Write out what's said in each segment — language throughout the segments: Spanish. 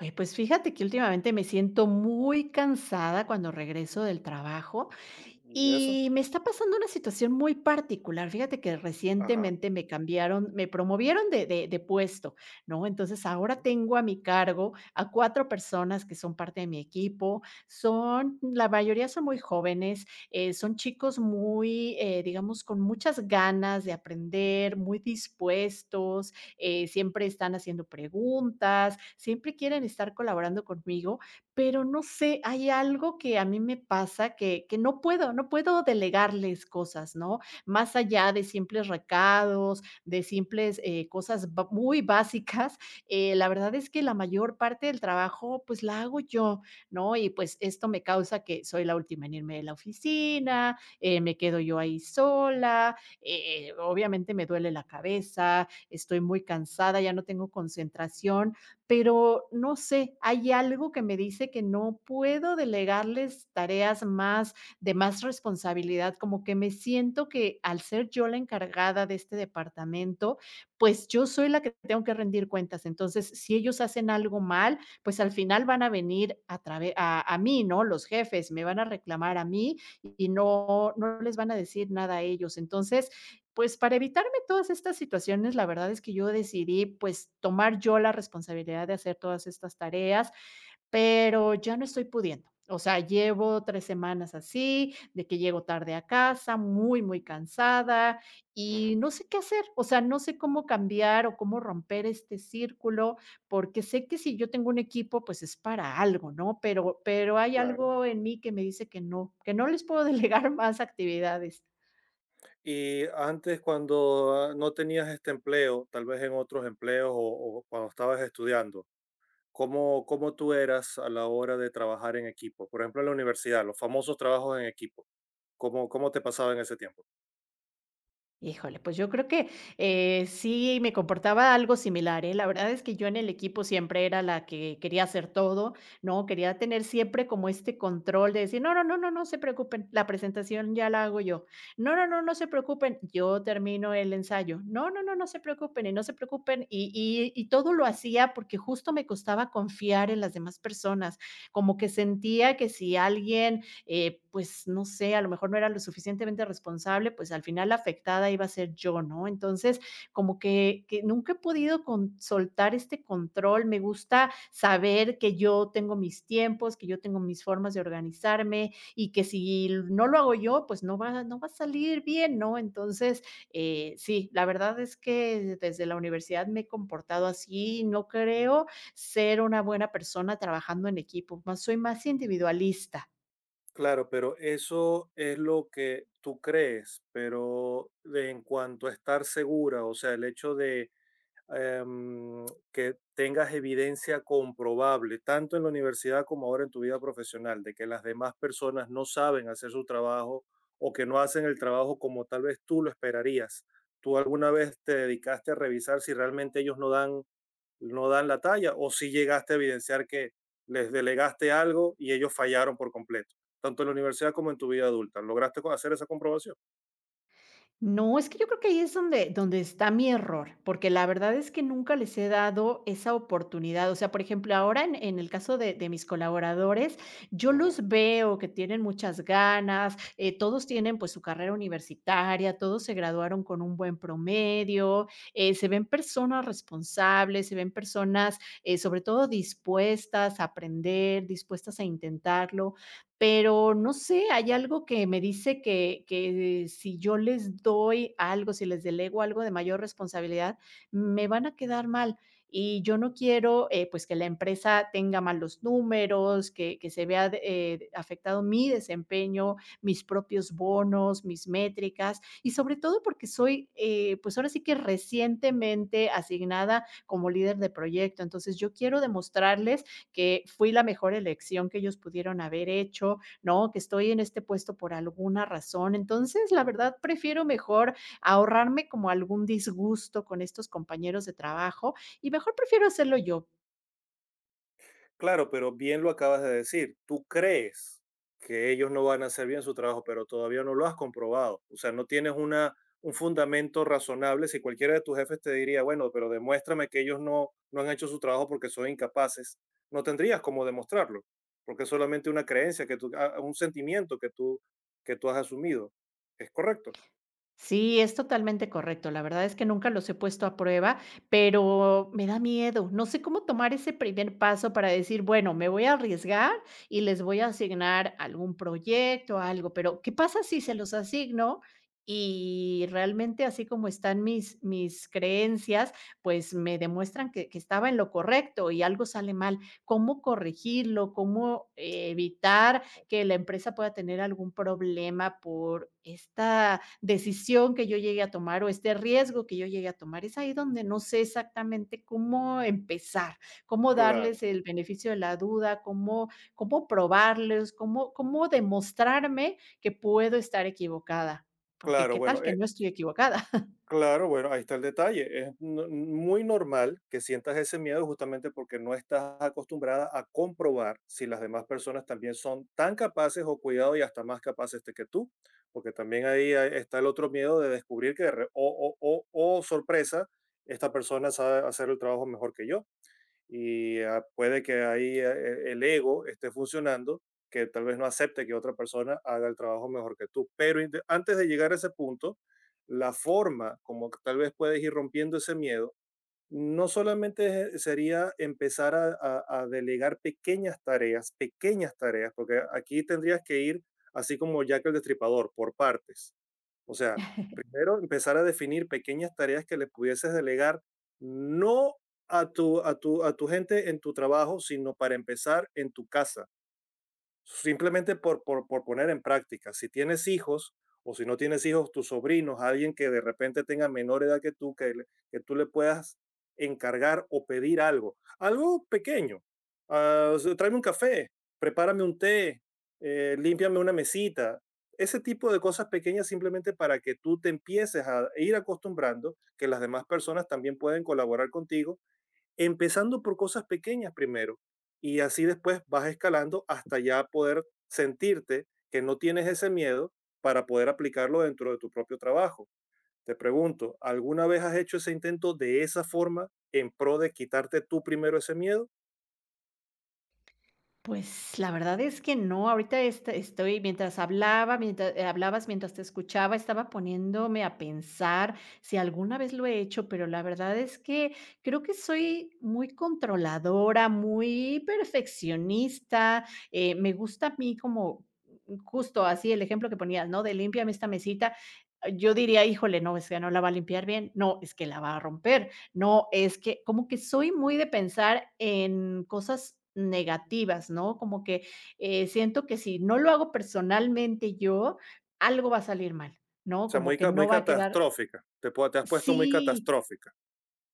Oye, pues fíjate que últimamente me siento muy cansada cuando regreso del trabajo ¿Y eso? y me está pasando una situación muy particular. Fíjate que Ajá. recientemente me cambiaron, me promovieron de puesto, ¿no? Entonces ahora Ujú, tengo a mi cargo a cuatro personas que son parte de mi equipo. Son, la mayoría son muy jóvenes, son chicos muy, digamos, con muchas ganas de aprender, muy dispuestos, siempre están haciendo preguntas, siempre quieren estar colaborando conmigo, pero no sé, hay algo que a mí me pasa que no puedo delegarles cosas, ¿no? Más allá de simples recados, de simples, cosas ba muy básicas, la verdad es que la mayor parte del trabajo, pues, la hago yo, ¿no? Y, pues, esto me causa que soy la última en irme de la oficina, me quedo yo ahí sola. Obviamente me duele la cabeza, estoy muy cansada, ya no tengo concentración, pero no sé, hay algo que me dice que no puedo delegarles tareas más de más responsabilidad, como que me siento que al ser yo la encargada de este departamento, pues yo soy la que tengo que rendir cuentas. Entonces, si ellos hacen algo mal, pues al final van a venir a través a mí, ¿no? Los jefes me van a reclamar a mí y no les van a decir nada a ellos. Entonces, pues, para evitarme todas estas situaciones, la verdad es que yo decidí, pues, tomar yo la responsabilidad de hacer todas estas tareas, pero ya no estoy pudiendo. O sea, llevo 3 semanas así, de que llego tarde a casa, muy, muy cansada, y ujú, no sé qué hacer. O sea, no sé cómo cambiar o cómo romper este círculo, porque sé que si yo tengo un equipo, pues, es para algo, ¿no? Pero hay claro. algo en mí que me dice que no les puedo delegar más actividades. Y antes, cuando no tenías este empleo, tal vez en otros empleos o cuando estabas estudiando, ¿cómo tú eras a la hora de trabajar en equipo? Por ejemplo, en la universidad, los famosos trabajos en equipo. ¿Cómo te pasaba en ese tiempo? Híjole, pues yo creo que, sí me comportaba algo similar, ¿eh? La verdad es que yo en el equipo siempre era la que quería hacer todo, ¿no? Quería tener siempre como este control de decir: "No, no, no, no, no se preocupen, la presentación ya la hago yo. No, no, no, no se preocupen, yo termino el ensayo. No, no, no, no se preocupen y no se preocupen". Y todo lo hacía porque justo me costaba confiar en las demás personas, como que sentía que si alguien, pues no sé, a lo mejor no era lo suficientemente responsable, pues al final la afectada iba a ser yo, ¿no? Entonces, como que nunca he podido soltar este control, me gusta saber que yo tengo mis tiempos, que yo tengo mis formas de organizarme y que si no lo hago yo, pues no va, no va a salir bien, ¿no? Entonces, sí, la verdad es que desde la universidad me he comportado así, no creo ser una buena persona trabajando en equipo, más, soy más individualista. Claro, pero eso es lo que tú crees, pero de- en cuanto a estar segura, o sea, el hecho de em, que tengas evidencia comprobable, tanto en la universidad como ahora en tu vida profesional, de que las demás personas no saben hacer su trabajo o que no hacen el trabajo como tal vez tú lo esperarías. ¿Tú alguna vez te dedicaste a revisar si realmente ellos no dan la talla o si llegaste a evidenciar que les delegaste algo y ellos fallaron por completo, tanto en la universidad como en tu vida adulta? ¿Lograste co- hacer esa comprobación? No, es que yo creo que ahí es donde está mi error, porque la verdad es que nunca les he dado esa oportunidad. O sea, por ejemplo, ahora en el caso de mis colaboradores, yo Ujú. los veo que tienen muchas ganas, todos tienen, pues, su carrera universitaria, todos se graduaron con un buen promedio, se ven personas responsables, se ven personas, sobre todo dispuestas a aprender, dispuestas a intentarlo, pero no sé, hay algo que me dice que si yo les doy algo, si les delego algo de mayor responsabilidad, me van a quedar mal. Y yo no quiero, pues, que la empresa tenga malos números, que se vea, afectado mi desempeño, mis propios bonos, mis métricas, y sobre todo porque soy, pues, ahora sí que recientemente asignada como líder de proyecto. Entonces, yo quiero demostrarles que fui la mejor elección que ellos pudieron haber hecho, ¿no? Que estoy en este puesto por alguna razón. Entonces, la verdad, prefiero mejor ahorrarme como algún disgusto con estos compañeros de trabajo y mejor prefiero hacerlo yo. Claro, pero bien lo acabas de decir. Tú crees que ellos no van a hacer bien su trabajo, pero todavía no lo has comprobado. O sea, no tienes un fundamento razonable. Si cualquiera de tus jefes te diría, bueno, pero demuéstrame que ellos no han hecho su trabajo porque son incapaces, no tendrías cómo demostrarlo, porque es solamente una creencia, un sentimiento que tú has asumido. ¿Es correcto? Sí, es totalmente correcto. La verdad es que nunca los he puesto a prueba, pero me da miedo. No sé cómo tomar ese primer paso para decir, bueno, me voy a arriesgar y les voy a asignar algún proyecto, algo, pero ¿qué pasa si se los asigno? Y realmente así como están mis, mis creencias, pues me demuestran que estaba en lo correcto y algo sale mal. ¿Cómo corregirlo? ¿Cómo, evitar que la empresa pueda tener algún problema por esta decisión que yo llegue a tomar o este riesgo que yo llegue a tomar? Es ahí donde no sé exactamente cómo empezar, cómo Claro, darles el beneficio de la duda, cómo, cómo probarles, cómo, cómo demostrarme que puedo estar equivocada, porque claro. qué Bueno, tal que e, no estoy equivocada. claro, bueno, ahí está el detalle. Es no- muy normal que sientas ese miedo justamente porque no estás acostumbrada a comprobar si las demás personas también son tan capaces o cuidado y hasta más capaces de que tú, porque también ahí hay- está el otro miedo de descubrir que, de re- o sorpresa, esta persona sabe hacer el trabajo mejor que yo y puede que ahí el ego esté funcionando, que tal vez no acepte que otra persona haga el trabajo mejor que tú. Pero inte- antes de llegar a ese punto, la forma como que tal vez puedes ir rompiendo ese miedo, no solamente es- sería empezar a delegar pequeñas tareas, porque aquí tendrías que ir así como Jack el Destripador, por partes, o sea, primero empezar a definir pequeñas tareas que le pudieses delegar, no a tu gente en tu trabajo, sino para empezar en tu casa. Simplemente por poner en práctica, si tienes hijos o si no tienes hijos, tus sobrinos, alguien que de repente tenga menor edad que tú, que, le- que tú le puedas encargar o pedir algo, algo pequeño. Ah, o sea, tráeme un café, prepárame un té, límpiame una mesita. Ese tipo de cosas pequeñas simplemente para que tú te empieces a ir acostumbrando que las demás personas también pueden colaborar contigo empezando por cosas pequeñas primero y así después vas escalando hasta ya poder sentirte que no tienes ese miedo para poder aplicarlo dentro de tu propio trabajo. Te pregunto, ¿alguna vez has hecho ese intento de esa forma en pro de quitarte tú primero ese miedo? O Pues, la verdad es que no, ahorita estoy, mientras hablaba, mientras hablabas, mientras te escuchaba, estaba poniéndome a pensar si alguna vez lo he hecho, pero la verdad es que creo que soy muy controladora, muy perfeccionista, me gusta a mí como, justo así el ejemplo que ponías, ¿no? De límpiame esta mesita, yo diría: "Híjole, no, es que no la va a limpiar bien, no, es que la va a romper". No, es que como que soy muy de pensar en cosas negativas, ¿no? Como que, siento que si no lo hago personalmente yo, algo va a salir mal, ¿no? sea, Como muy, que ca- muy no va a quedar. catastrófica. Te, po- te has puesto muy Sí. catastrófica.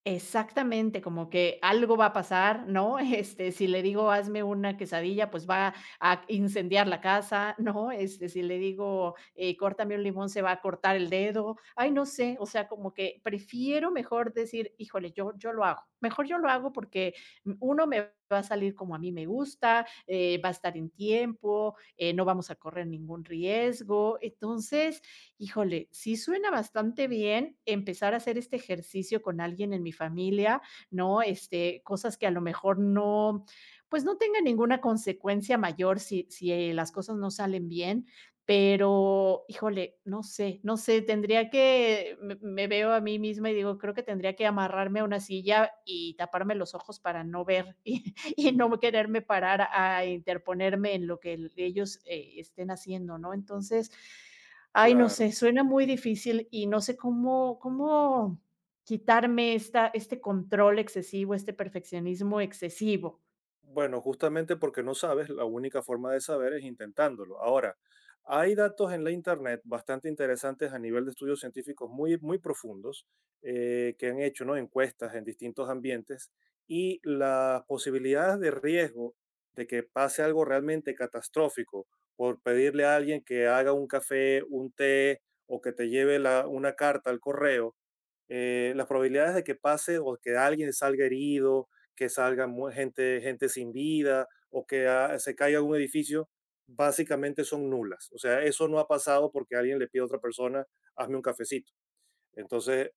Exactamente, como que algo va a pasar, ¿no? Este, si le digo: "Hazme una quesadilla", pues va a incendiar la casa, ¿no? Este, si le digo: córtame un limón", se va a cortar el dedo. Ay, no sé, o sea, como que prefiero mejor decir: "Híjole, yo lo hago". Mejor yo lo hago porque, 1, me va a salir como a mí me gusta, va a estar en tiempo, no vamos a correr ningún riesgo. Entonces, híjole, sí suena bastante bien empezar a hacer este ejercicio con alguien en mi familia, ¿no? Este, cosas que a lo mejor no, pues no tenga ninguna consecuencia mayor si, si las cosas no salen bien, pero híjole, no sé, no sé, tendría que, me veo a mí misma y digo, creo que tendría que amarrarme a una silla y taparme los ojos para no ver y no quererme parar a interponerme en lo que ellos, estén haciendo, ¿no? Entonces... Ay, no Claro. sé, suena muy difícil y no sé cómo quitarme esta, este control excesivo, este perfeccionismo excesivo. Bueno, justamente porque no sabes, la única forma de saber es intentándolo. Ahora, hay datos en la Internet bastante interesantes a nivel de estudios científicos muy, muy profundos que han hecho, ¿no?, encuestas en distintos ambientes y las posibilidades de riesgo de que pase algo realmente catastrófico por pedirle a alguien que haga un café, un té o que te lleve la- una carta al correo las probabilidades de que pase o que alguien salga herido, que salga mu- gente, gente sin vida o que se caiga un edificio, básicamente son nulas. O sea, eso no ha pasado porque alguien le pide a otra persona, hazme un cafecito. Entonces,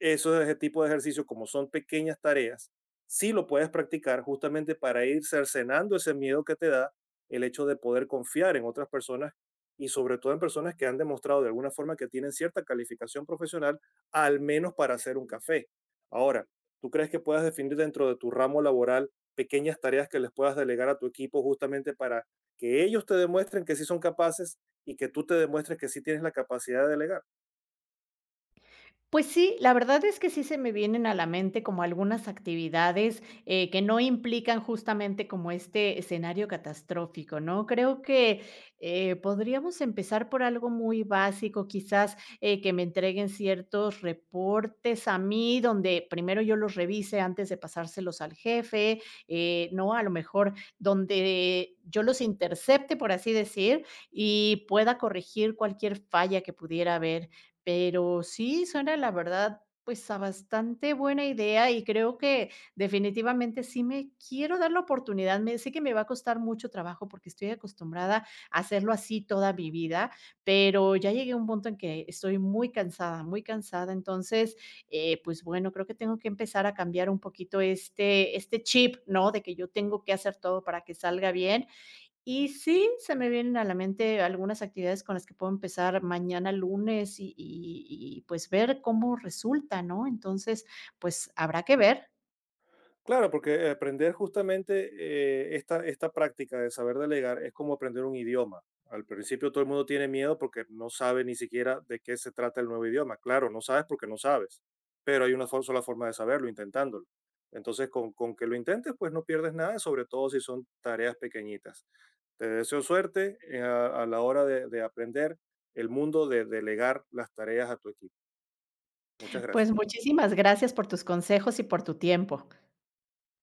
eso es ese tipo de ejercicio, como son pequeñas tareas, sí lo puedes practicar justamente para ir cercenando ese miedo que te da el hecho de poder confiar en otras personas y sobre todo en personas que han demostrado de alguna forma que tienen cierta calificación profesional, al menos para hacer un café. Ahora, ¿tú crees que puedas definir dentro de tu ramo laboral pequeñas tareas que les puedas delegar a tu equipo justamente para que ellos te demuestren que sí son capaces y que tú te demuestres que sí tienes la capacidad de delegar? Pues sí, la verdad es que sí se me vienen a la mente como algunas actividades, que no implican justamente como este escenario catastrófico, ¿no? Creo que, podríamos empezar por algo muy básico, quizás, que me entreguen ciertos reportes a mí, donde primero yo los revise antes de pasárselos al jefe, ¿no? A lo mejor donde yo los intercepte, por así decir, y pueda corregir cualquier falla que pudiera haber. Pero sí, suena la verdad, pues, a bastante buena idea, y creo que definitivamente sí me quiero dar la oportunidad. Me sé que me va a costar mucho trabajo porque estoy acostumbrada a hacerlo así toda mi vida, pero ya llegué a un punto en que estoy muy cansada, muy cansada. Entonces, pues bueno, creo que tengo que empezar a cambiar un poquito este chip, ¿no?, de que yo tengo que hacer todo para que salga bien, y sí, se me vienen a la mente algunas actividades con las que puedo empezar mañana lunes y, pues, ver cómo resulta, ¿no? Entonces, pues, habrá que ver. Claro, porque aprender justamente esta práctica de saber delegar es como aprender un idioma. Al principio todo el mundo tiene miedo porque no sabe ni siquiera de qué se trata el nuevo idioma. Claro, no sabes porque no sabes, pero hay una fo- sola forma de saberlo, intentándolo. Entonces, con que lo intentes, pues no pierdes nada, sobre todo si son tareas pequeñitas. Te deseo suerte a la hora de aprender el mundo de delegar las tareas a tu equipo. Muchas Pues, gracias. muchísimas gracias por tus consejos y por tu tiempo.